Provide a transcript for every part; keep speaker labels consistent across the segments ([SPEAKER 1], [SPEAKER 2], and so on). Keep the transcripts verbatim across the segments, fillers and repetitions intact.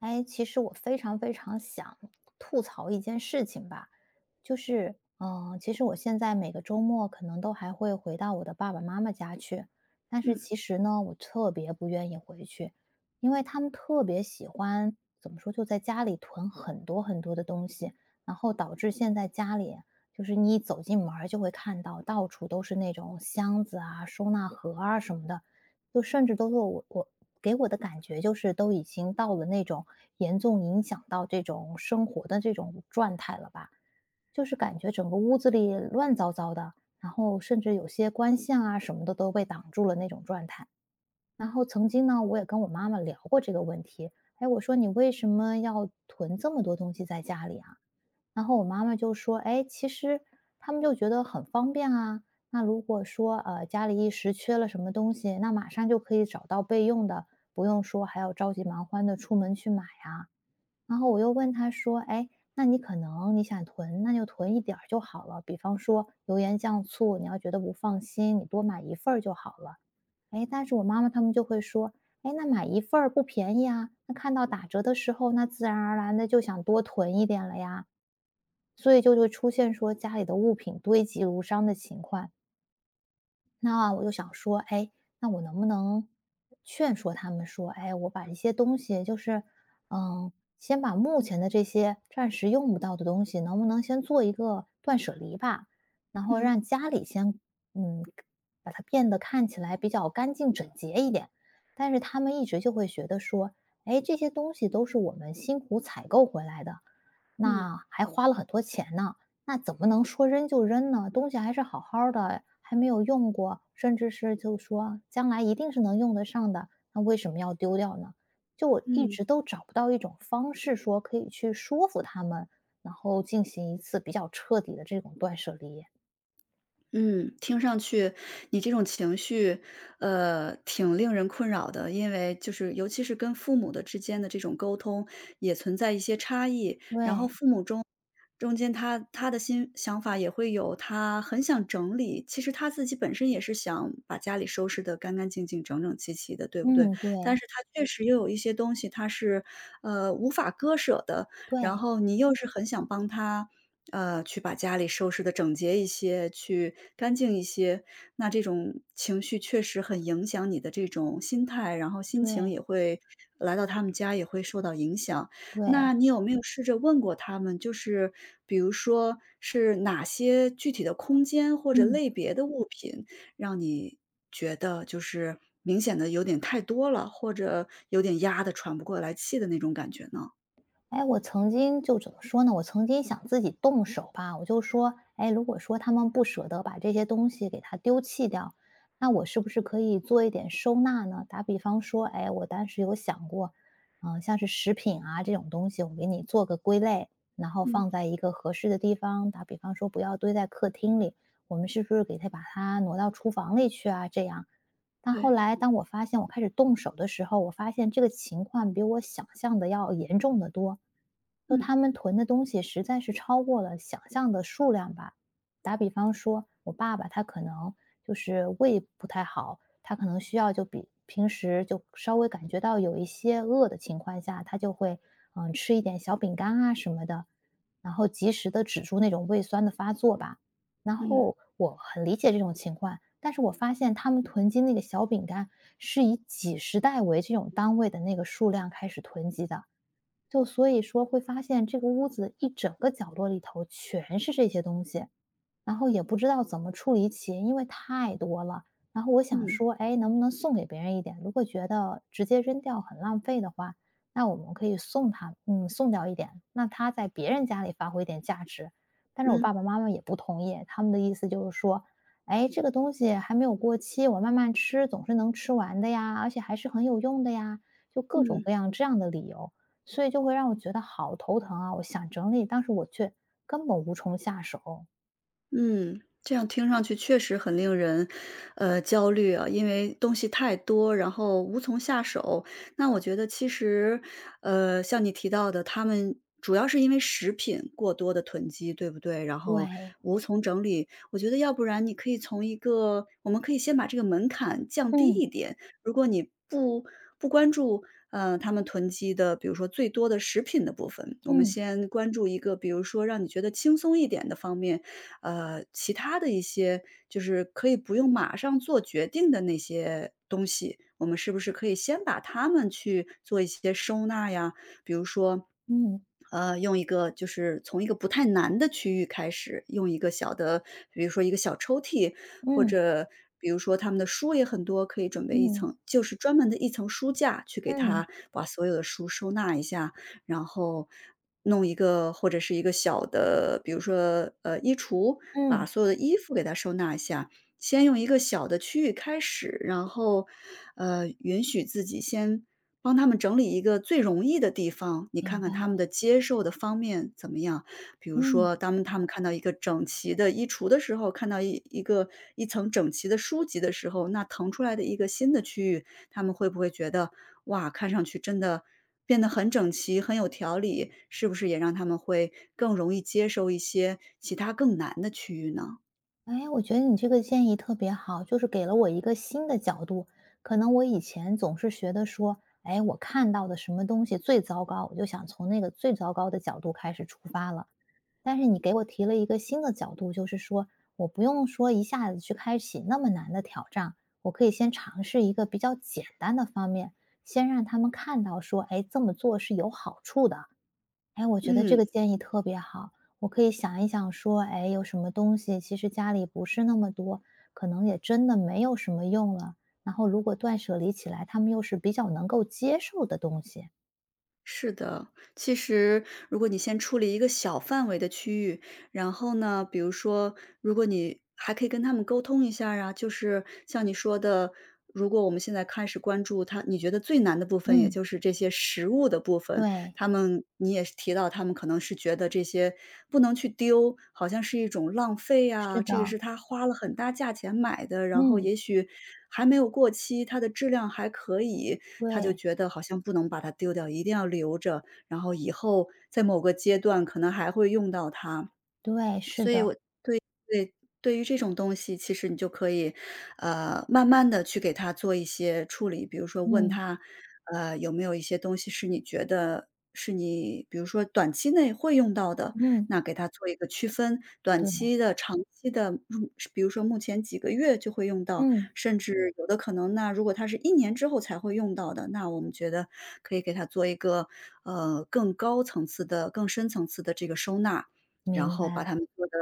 [SPEAKER 1] 哎，其实我非常非常想吐槽一件事情吧，就是，嗯，其实我现在每个周末可能都还会回到我的爸爸妈妈家去，但是
[SPEAKER 2] 嗯
[SPEAKER 1] 其实呢，我特别不愿意回去，因为他们特别喜欢，怎么说，就在家里囤很多很多的东西，然后导致现在家里就是你一走进门儿就会看到到处都是那种箱子啊、收纳盒啊什么的，就甚至都是我我给我的感觉就是都已经到了那种严重影响到这种生活的这种状态了吧。就是感觉整个屋子里乱糟糟的，然后甚至有些光线啊什么的都被挡住了那种状态。然后曾经呢，我也跟我妈妈聊过这个问题，哎，我说你为什么要囤这么多东西在家里啊？然后我妈妈就说：“哎，其实他们就觉得很方便啊。那如果说呃家里一时缺了什么东西，那马上就可以找到备用的，不用说还要着急忙慌的出门去买啊。”然后我又问她说：“哎，那你可能你想囤，那就囤一点儿就好了。比方说油盐酱醋，你要觉得不放心，你多买一份儿就好了。”哎，但是我妈妈他们就会说，哎，那买一份儿不便宜啊，那看到打折的时候，那自然而然的就想多囤一点了呀。所以就会出现说家里的物品堆积如山的情况。那我就想说，哎，那我能不能劝说他们说，哎，我把一些东西，就是，嗯，先把目前的这些暂时用不到的东西，能不能先做一个断舍离吧？然后
[SPEAKER 2] 嗯
[SPEAKER 1] 让家里先，嗯，把它变得看起来比较干净整洁一点。但是他们一直就会觉得说，哎，这些东西都是我们辛苦采购回来的，
[SPEAKER 2] 嗯
[SPEAKER 1] 那还花了很多钱呢。那怎么能说扔就扔呢？东西还是好好的，还没有用过，甚至是就说将来一定是能用得上的，那为什么要丢掉呢？就我一
[SPEAKER 2] 嗯
[SPEAKER 1] 直都找不到一种方式说可以去说服他们，然后进行一次比较彻底的这种断舍离。
[SPEAKER 2] 嗯，听上去你这种情绪，呃，挺令人困扰的。因为就是尤其是跟父母的之间的这种沟通，也存在一些差异。
[SPEAKER 1] 对，
[SPEAKER 2] 中间他他的心想法也会有，他很想整理。其实他自己本身也是想把家里收拾得干干净净、整整齐齐的，对不对？
[SPEAKER 1] 嗯，对，
[SPEAKER 2] 但是他确实又有一些东西，他是，呃，无法割舍的。然
[SPEAKER 1] 对，
[SPEAKER 2] 后你又是很想帮他，呃，去把家里收拾得整洁一些，去干净一些。那这种情绪确实很影响你的这种心态，然后心情
[SPEAKER 1] 对，
[SPEAKER 2] 也会来到他们家也会受到影响。那
[SPEAKER 1] 对，
[SPEAKER 2] 你有没有试着问过他们，就是比如说是哪些具体的空间或者
[SPEAKER 1] 嗯。
[SPEAKER 2] 类别的物品，让你觉得就是明显的有点太多了，或者有点压的喘不过来气的那种感觉呢？
[SPEAKER 1] 哎，我曾经就怎么说呢？我曾经想自己动手吧，我就说，哎，如果说他们不舍得把这些东西给它丢弃掉，那我是不是可以做一点收纳呢？打比方说，哎，我当时有想过，嗯、像是食品啊这种东西，我给你做个归类，然后
[SPEAKER 2] 嗯，
[SPEAKER 1] 放在一个合适的地方。打比方说，不要堆在客厅里，我们是不是给它把它挪到厨房里去啊？这样，但后
[SPEAKER 2] 对。
[SPEAKER 1] 来当我发现我开始动手的时候，我发现这个情况比我想象的要严重的多。就
[SPEAKER 2] 嗯，
[SPEAKER 1] 他们囤的东西实在是超过了想象的数量吧。打比方说，我爸爸他可能就是胃不太好，他可能需要就比平时就稍微感觉到有一些饿的情况下，他就会嗯吃一点小饼干啊什么的，然后及时的止住那种胃酸的发作吧。然
[SPEAKER 2] 嗯，
[SPEAKER 1] 后我很理解这种情况，但是我发现他们囤积那个小饼干是以几十袋为这种单位的那个数量开始囤积的，就所以说会发现这个屋子一整个角落里头全是这些东西。然后也不知道怎么处理起，因为太多了。然后我想
[SPEAKER 2] 嗯，
[SPEAKER 1] 说，哎，能不能送给别人一点？如果觉得直接扔掉很浪费的话，那我们可以送他，嗯，送掉一点，那他在别人家里发挥一点价值。但是我
[SPEAKER 2] 嗯，
[SPEAKER 1] 爸
[SPEAKER 2] 嗯
[SPEAKER 1] 爸妈妈也不同意，他们的意思就是说，哎，这个东西还没有过期，我慢慢吃总是能吃完的呀，而且还是很有用的呀，就各种
[SPEAKER 2] 嗯。
[SPEAKER 1] 各样这样的理由，所以就会让我觉得好头疼啊！我想整理，但是我却根本无从下手。
[SPEAKER 2] 嗯，这样听上去确实很令人，呃，焦虑啊，因为东西太多，然后无从下手。那我觉得其实，呃，像你提到的，他们主要是因为食品过多的囤积，对不对？然后
[SPEAKER 1] 对，
[SPEAKER 2] 无从整理。我觉得要不然你可以从一个，我们可以先把这个门槛降低
[SPEAKER 1] 嗯，
[SPEAKER 2] 一点。如果你不不关注，呃，他们囤积的，比如说最多的食品的部分，我们
[SPEAKER 1] 嗯，
[SPEAKER 2] 先关注一个，比如说让你觉得轻松一点的方面。呃，其他的一些就是可以不用马上做决定的那些东西，我们是不是可以先把它们去做一些收纳呀，
[SPEAKER 1] 嗯，
[SPEAKER 2] 呃，用一个就是从一个不太难的区域开始，用一个小的，比如说一个小抽屉，或
[SPEAKER 1] 嗯，
[SPEAKER 2] 者比如说他们的书也很多，可以准备一
[SPEAKER 1] 嗯，
[SPEAKER 2] 层，就是专门的一层书架去给
[SPEAKER 1] 嗯，
[SPEAKER 2] 他把所有的书收纳一下，然后弄一个或者是一个小的，比如说呃衣橱，把
[SPEAKER 1] 嗯，
[SPEAKER 2] 所有的衣服给它收纳一下。先用一个小的区域开始，然后，呃，允许自己先帮他们整理一个最容易的地方，你
[SPEAKER 1] 明
[SPEAKER 2] 看
[SPEAKER 1] 白
[SPEAKER 2] 看他们
[SPEAKER 1] 了，
[SPEAKER 2] 的接受的方面怎么样。比如
[SPEAKER 1] 嗯。
[SPEAKER 2] 说，当他们看到一个整齐的衣橱的时候，看到一一个一层整齐的书籍的时候，那腾出来的一个新的区域，他们会不会觉得，哇，看上去真的变得很整齐，很有条理？是不是也让他们会更容易接受一些其他更难的区域呢？
[SPEAKER 1] 哎，我觉得你这个建议特别好，就是给了我一个新的角度。可能我以前总是觉得说，哎，我看到的什么东西最糟糕，我就想从那个最糟糕的角度开始出发了。但是你给我提了一个新的角度，就是说我不用说一下子去开启那么难的挑战，我可以先尝试一个比较简单的方面，先让他们看到说，哎，这么做是有好处的。哎，我觉得这
[SPEAKER 2] 嗯。
[SPEAKER 1] 个建议特别好，我可以想一想说，哎，有什么东西其实家里不是那么多，可能也真的没有什么用了。然后如果断舍离起来，他们又是比较能够接受的东西。
[SPEAKER 2] 是的，其实如果你先处理一个小范围的区域，然后呢，比如说，如果你还可以跟他们沟通一下儿啊，就是像你说的，如果我们现在开始关注他，你觉得最难的部分，也
[SPEAKER 1] 嗯，
[SPEAKER 2] 就是这些食物的部分，
[SPEAKER 1] 对，
[SPEAKER 2] 他们你也是提到，他们可能是觉得这些不能去丢，好像是一种浪费
[SPEAKER 1] 是
[SPEAKER 2] 啊，这个
[SPEAKER 1] 的，
[SPEAKER 2] 是他花了很大价钱买的，然后
[SPEAKER 1] 嗯，
[SPEAKER 2] 也许还没有过期，它的质量还可以，他就
[SPEAKER 1] 对，
[SPEAKER 2] 觉得好像不能把它丢掉，一定要留着，然后以后在某个阶段可能还会用到它。
[SPEAKER 1] 对，是
[SPEAKER 2] 所以
[SPEAKER 1] 的。
[SPEAKER 2] 我对，对于这种东西，其实你就可以，呃，慢慢的去给他做一些处理。比如说问
[SPEAKER 1] 嗯，
[SPEAKER 2] 他，呃，有没有一些东西是你觉得是你比如说短期内会用到的，
[SPEAKER 1] 嗯，
[SPEAKER 2] 那给他做一个区分，短
[SPEAKER 1] 对，
[SPEAKER 2] 期的、长期的，嗯，比如说目前几个月就会用到，
[SPEAKER 1] 嗯，
[SPEAKER 2] 甚至有的可能那如果他是一年之后才会用到的，那我们觉得可以给他做一个，呃，更高层次的、更深层次的这个收纳。然
[SPEAKER 1] 明白
[SPEAKER 2] 后把
[SPEAKER 1] 了。
[SPEAKER 2] 它们做的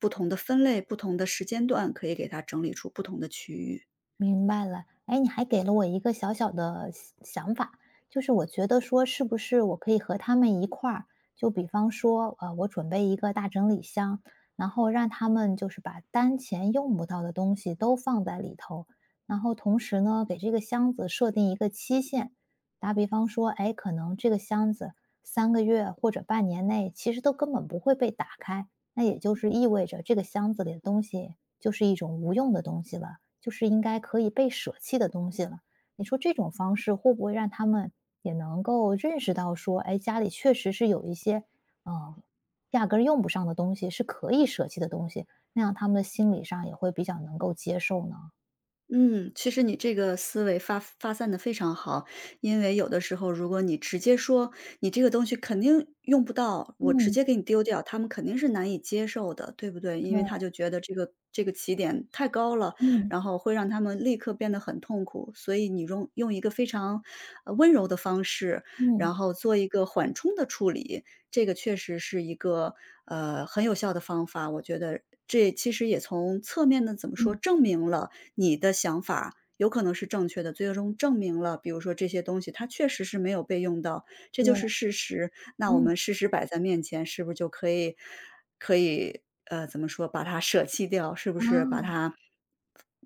[SPEAKER 2] 不同的分类、不同的时间段，可以给它整理出不同的区域。
[SPEAKER 1] 明白了，哎，你还给了我一个小小的想想法，就是我觉得说，是不是我可以和他们一块儿，就比方说，呃，我准备一个大整理箱，然后让他们就是把当前用不到的东西都放在里头，然后同时呢，给这个箱子设定一个期限，打比方说，哎，可能这个箱子三个月或者半年内其实都根本不会被打开，那也就是意味着这个箱子里的东西就是一种无用的东西了。就是应该可以被舍弃的东西了。你说这种方式会不会让他们也能够认识到说，哎，家里确实是有一些，嗯，压根儿用不上的东西，是可以舍弃的东西，那样他们的心理上也会比较能够接受呢？
[SPEAKER 2] 嗯，其实你这个思维发发散的非常好，因为有的时候如果你直接说你这个东西肯定用不到，我直
[SPEAKER 1] 嗯，
[SPEAKER 2] 接给你丢掉，他们肯定是难以接受的，对不对？因为
[SPEAKER 1] 对，
[SPEAKER 2] 他就觉得这个这个起点太高了，
[SPEAKER 1] 嗯，
[SPEAKER 2] 然后会让他们立刻变得很痛苦。所以你用用一个非常呃温柔的方式，
[SPEAKER 1] 嗯，
[SPEAKER 2] 然后做一个缓冲的处理，这个确实是一个呃很有效的方法，我觉得。这其实也从侧面的怎么说，
[SPEAKER 1] 嗯，
[SPEAKER 2] 证明了你的想法有可能是正确的，最终证明了，比如说这些东西它确实是没有被用到，这就
[SPEAKER 1] 对，
[SPEAKER 2] 是事实。那我
[SPEAKER 1] 嗯，
[SPEAKER 2] 们事实摆在面前，是不是就可以可以呃怎么说，把它舍弃掉？是不是把
[SPEAKER 1] 啊，
[SPEAKER 2] 它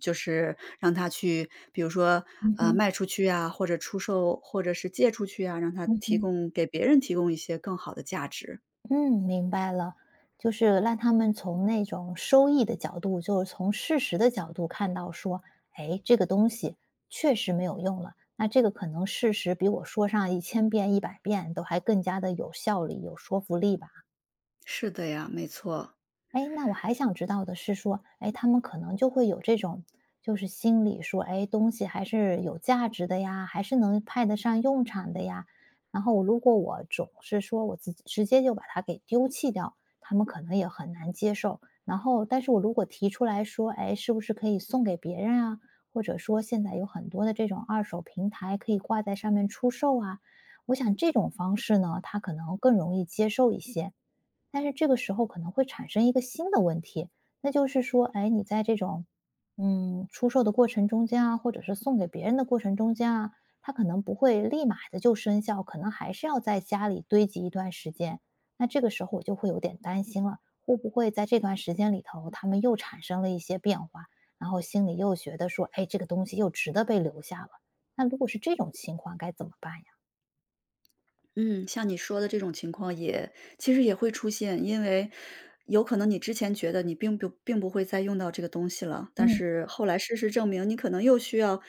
[SPEAKER 2] 就是让它去，比如说
[SPEAKER 1] 嗯
[SPEAKER 2] 呃
[SPEAKER 1] 哼，
[SPEAKER 2] 卖出去啊，或者出售，或者是借出去啊，让它
[SPEAKER 1] 嗯
[SPEAKER 2] 提
[SPEAKER 1] 哼。
[SPEAKER 2] 供给别人提供一些更好的价值。
[SPEAKER 1] 嗯，明白了，就是让他们从那种收益的角度，就是从事实的角度看到说，哎，这个东西确实没有用了，那这个可能事实比我说上一千遍、一百遍都还更加的有效力、有说服力吧。
[SPEAKER 2] 是的呀，没错。
[SPEAKER 1] 哎，那我还想知道的是说，哎，他们可能就会有这种，就是心理说，哎，东西还是有价值的呀，还是能派得上用场的呀。然后如果我总是说我自己直接就把它给丢弃掉，他们可能也很难接受。然后，但是我如果提出来说，哎，是不是可以送给别人啊？或者说现在有很多的这种二手平台可以挂在上面出售啊，我想这种方式呢，他可能更容易接受一些。但是这个时候可能会产生一个新的问题，那就是说，哎，你在这种，嗯，出售的过程中间啊，或者是送给别人的过程中间啊，它可能不会立马的就生效，可能还是要在家里堆积一段时间。那这个时候我就会有点担心了，会不会在这段时间里头，他们又产生了一些变化，然后心里又觉得说，哎，这个东西又值得被留下了。那如果是这种情况，该怎么办呀？
[SPEAKER 2] 嗯，像你说的这种情况也其实也会出现，因为有可能你之前觉得你并不并不会再用到这个东西了，但
[SPEAKER 1] 嗯
[SPEAKER 2] 是后来事实证明你可能又需要，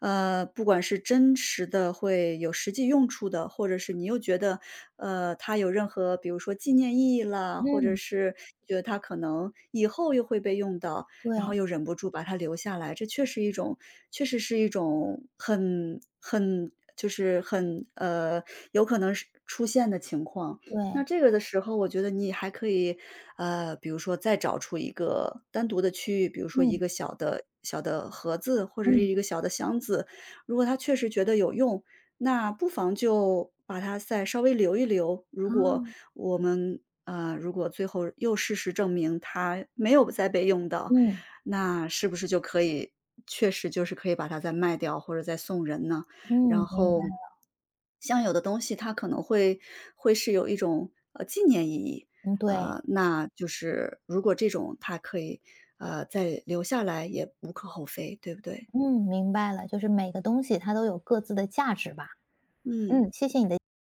[SPEAKER 2] 呃，不管是真实的会有实际用处的，或者是你又觉得，呃，它有任何比如说纪念意义啦，或者
[SPEAKER 1] 嗯，
[SPEAKER 2] 是觉得它可能以后又会被用到，然
[SPEAKER 1] 对
[SPEAKER 2] 后又忍不住把它留下来，这确实一种确实是一种很很就是很，呃，有可能是出现的情况。那
[SPEAKER 1] 对，
[SPEAKER 2] 这个的时候，我觉得你还可以，呃，比如说再找出一个单独的区域，比如说一
[SPEAKER 1] 嗯
[SPEAKER 2] 个小的小的盒子或者是
[SPEAKER 1] 嗯
[SPEAKER 2] 一个小的箱子，如果他确实觉得有用，那不妨就把它再稍微留一留。如果
[SPEAKER 1] 啊。
[SPEAKER 2] 我们呃，如果最后又事实证明它没有再被用到，
[SPEAKER 1] 嗯，
[SPEAKER 2] 那是不是就可以确实就是可以把它再卖掉或者再送人呢？
[SPEAKER 1] 嗯，
[SPEAKER 2] 然
[SPEAKER 1] 明白，
[SPEAKER 2] 后，像有的东西它可能会会是有一种，呃，纪念意义，
[SPEAKER 1] 嗯，对，
[SPEAKER 2] 呃，那就是如果这种它可以，呃，再留下来也无可厚非，对不对？
[SPEAKER 1] 嗯，明白了，就是每个东西它都有各自的价值吧，
[SPEAKER 2] 嗯。
[SPEAKER 1] 嗯。